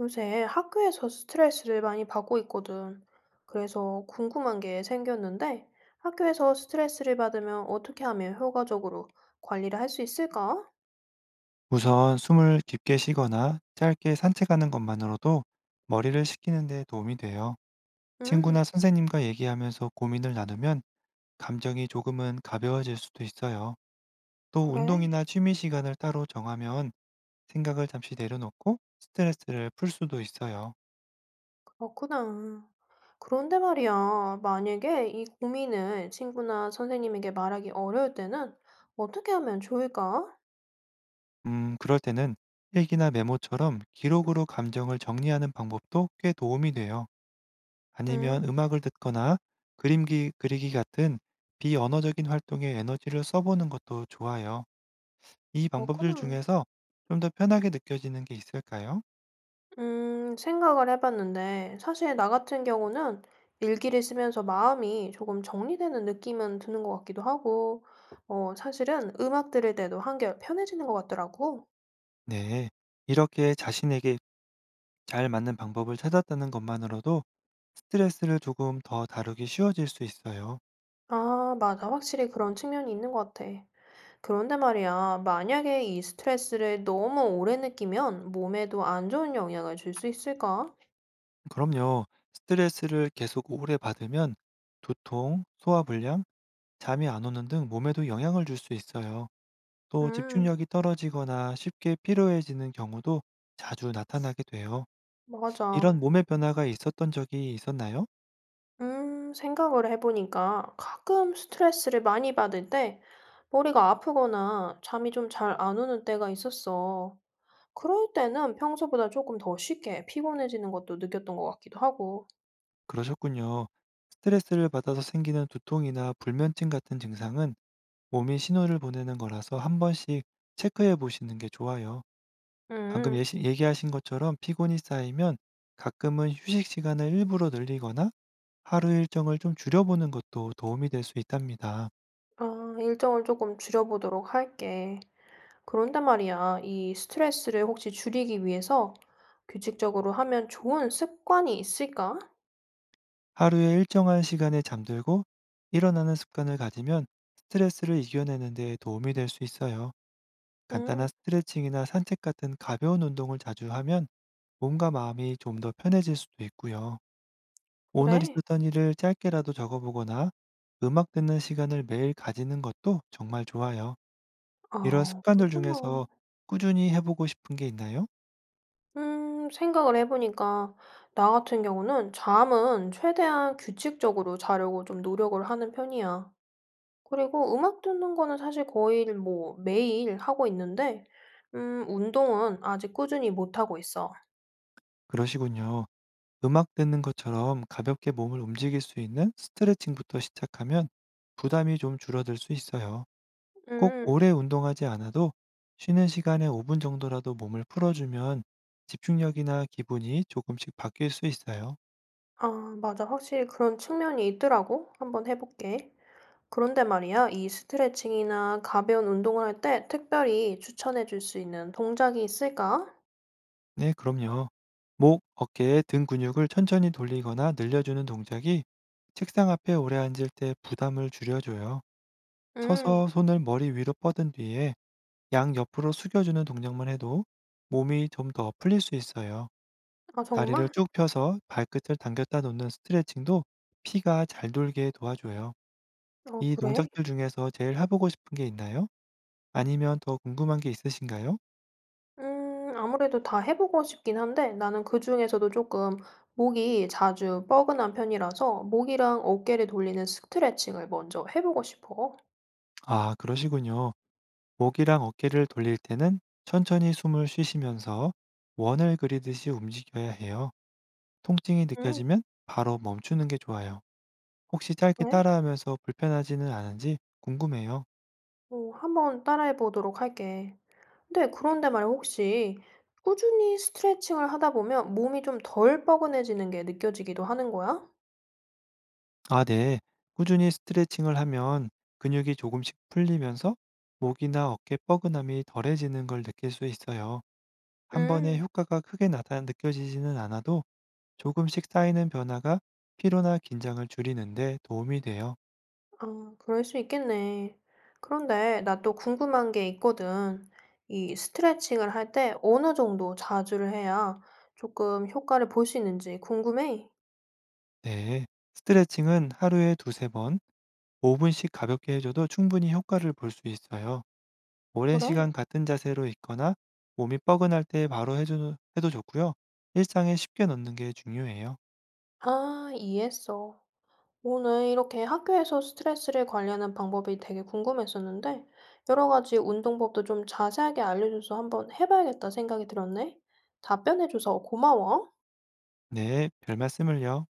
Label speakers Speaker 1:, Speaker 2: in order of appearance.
Speaker 1: 요새 학교에서 스트레스를 많이 받고 있거든. 그래서 궁금한 게 생겼는데, 학교에서 스트레스를 받으면 어떻게 하면 효과적으로 관리를 할 수 있을까?
Speaker 2: 우선 숨을 깊게 쉬거나 짧게 산책하는 것만으로도 머리를 식히는 데 도움이 돼요.
Speaker 1: 음,
Speaker 2: 친구나 선생님과 얘기하면서 고민을 나누면 감정이 조금은 가벼워질 수도 있어요. 또
Speaker 1: 그래,
Speaker 2: 운동이나 취미 시간을 따로 정하면 생각을 잠시 내려놓고 스트레스를 풀 수도 있어요.
Speaker 1: 그렇구나. 그런데 말이야, 만약에 이 고민을 친구나 선생님에게 말하기 어려울 때는 어떻게 하면 좋을까?
Speaker 2: 그럴 때는 일기나 메모처럼 기록으로 감정을 정리하는 방법도 꽤 도움이 돼요.
Speaker 1: 음,
Speaker 2: 아니면 음악을 듣거나 그리기 같은 비언어적인 활동에 에너지를 써보는 것도 좋아요. 이 방법들
Speaker 1: 그렇구나.
Speaker 2: 중에서 좀 더 편하게 느껴지는 게 있을까요?
Speaker 1: 생각을 해봤는데, 사실 나 같은 경우는 일기를 쓰면서 마음이 조금 정리되는 느낌은 드는 것 같기도 하고, 사실은 음악 들을 때도 한결 편해지는 것 같더라고.
Speaker 2: 네. 이렇게 자신에게 잘 맞는 방법을 찾았다는 것만으로도 스트레스를 조금 더 다루기 쉬워질 수 있어요.
Speaker 1: 아, 맞아. 확실히 그런 측면이 있는 것 같아. 그런데 말이야, 만약에 이 스트레스를 너무 오래 느끼면 몸에도 안 좋은 영향을 줄 수 있을까?
Speaker 2: 그럼요. 스트레스를 계속 오래 받으면 두통, 소화불량, 잠이 안 오는 등 몸에도 영향을 줄 수 있어요. 또
Speaker 1: 음,
Speaker 2: 집중력이 떨어지거나 쉽게 피로해지는 경우도 자주 나타나게 돼요. 이런
Speaker 1: 맞아.
Speaker 2: 몸의 변화가 있었던 적이 있었나요?
Speaker 1: 생각을 해보니까 가끔 스트레스를 많이 받을 때 머리가 아프거나 잠이 좀 잘 안 오는 때가 있었어. 그럴 때는 평소보다 조금 더 쉽게 피곤해지는 것도 느꼈던 것 같기도 하고.
Speaker 2: 그러셨군요. 스트레스를 받아서 생기는 두통이나 불면증 같은 증상은 몸이 신호를 보내는 거라서 한 번씩 체크해 보시는 게 좋아요. 방금
Speaker 1: 음,
Speaker 2: 얘기하신 것처럼 피곤이 쌓이면 가끔은 휴식 시간을 일부러 늘리거나 하루 일정을 좀 줄여보는 것도 도움이 될 수 있답니다.
Speaker 1: 아, 일정을 조금 줄여보도록 할게. 그런데 말이야, 이 스트레스를 혹시 줄이기 위해서 규칙적으로 하면 좋은 습관이 있을까?
Speaker 2: 하루에 일정한 시간에 잠들고 일어나는 습관을 가지면 스트레스를 이겨내는 데 도움이 될 수 있어요. 간단한
Speaker 1: 음,
Speaker 2: 스트레칭이나 산책 같은 가벼운 운동을 자주 하면 몸과 마음이 좀 더 편해질 수도 있고요. 오늘
Speaker 1: 그래.
Speaker 2: 있었던 일을 짧게라도 적어보거나 음악 듣는 시간을 매일 가지는 것도 정말 좋아요. 이런
Speaker 1: 아,
Speaker 2: 습관들
Speaker 1: 그렇구나.
Speaker 2: 중에서 꾸준히 해보고 싶은 게 있나요?
Speaker 1: 생각을 해보니까, 나 같은 경우는 잠은 최대한 규칙적으로 자려고 좀 노력을 하는 편이야. 그리고 음악 듣는 거는 사실 거의 뭐 매일 하고 있는데, 운동은 아직 꾸준히 못 하고 있어.
Speaker 2: 그러시군요. 음악 듣는 것처럼 가볍게 몸을 움직일 수 있는 스트레칭부터 시작하면 부담이 좀 줄어들 수 있어요. 꼭
Speaker 1: 음,
Speaker 2: 오래 운동하지 않아도 쉬는 시간에 5분 정도라도 몸을 풀어주면 집중력이나 기분이 조금씩 바뀔 수 있어요.
Speaker 1: 아, 맞아. 확실히 그런 측면이 있더라고. 한번 해볼게. 그런데 말이야, 이 스트레칭이나 가벼운 운동을 할 때 특별히 추천해 줄 수 있는 동작이 있을까?
Speaker 2: 네, 그럼요. 목, 어깨, 등 근육을 천천히 돌리거나 늘려주는 동작이 책상 앞에 오래 앉을 때 부담을 줄여줘요.
Speaker 1: 음,
Speaker 2: 서서 손을 머리 위로 뻗은 뒤에 양옆으로 숙여주는 동작만 해도 몸이 좀 더 풀릴 수 있어요.
Speaker 1: 아,
Speaker 2: 다리를
Speaker 1: 정말?
Speaker 2: 쭉 펴서 발끝을 당겼다 놓는 스트레칭도 피가 잘 돌게 도와줘요.
Speaker 1: 어,
Speaker 2: 이
Speaker 1: 그래.
Speaker 2: 동작들 중에서 제일 해보고 싶은 게 있나요? 아니면 더 궁금한 게 있으신가요?
Speaker 1: 아무래도 다 해보고 싶긴 한데 나는 그중에서도 조금 목이 자주 뻐근한 편이라서 목이랑 어깨를 돌리는 스트레칭을 먼저 해보고 싶어.
Speaker 2: 아, 그러시군요. 목이랑 어깨를 돌릴 때는 천천히 숨을 쉬시면서 원을 그리듯이 움직여야 해요. 통증이
Speaker 1: 음,
Speaker 2: 느껴지면 바로 멈추는 게 좋아요. 혹시 짧게
Speaker 1: 그래?
Speaker 2: 따라하면서 불편하지는 않은지 궁금해요.
Speaker 1: 한번 따라해 보도록 할게. 근데 그런데 말이야, 혹시 꾸준히 스트레칭을 하다 보면 몸이 좀 덜 뻐근해지는 게 느껴지기도 하는 거야?
Speaker 2: 아, 네. 꾸준히 스트레칭을 하면 근육이 조금씩 풀리면서 목이나 어깨 뻐근함이 덜해지는 걸 느낄 수 있어요. 한 번에
Speaker 1: 음.
Speaker 2: 효과가 크게 나타 느껴지지는 않아도 조금씩 쌓이는 변화가 피로나 긴장을 줄이는데 도움이 돼요.
Speaker 1: 아, 그럴 수 있겠네. 그런데 나 또 궁금한 게 있거든. 이 스트레칭을 할 때 어느 정도 자주를 해야 조금 효과를 볼 수 있는지 궁금해.
Speaker 2: 네. 스트레칭은 하루에 두세 번, 5분씩 가볍게 해줘도 충분히 효과를 볼 수 있어요. 오랜
Speaker 1: 그래?
Speaker 2: 시간 같은 자세로 있거나 몸이 뻐근할 때 바로 해도 좋고요. 일상에 쉽게 넣는 게 중요해요.
Speaker 1: 아, 이해했어. 오늘 이렇게 학교에서 스트레스를 관리하는 방법이 되게 궁금했었는데, 여러 가지 운동법도 좀 자세하게 알려줘서 한번 해봐야겠다 생각이 들었네. 답변해줘서 고마워.
Speaker 2: 네, 별 말씀을요.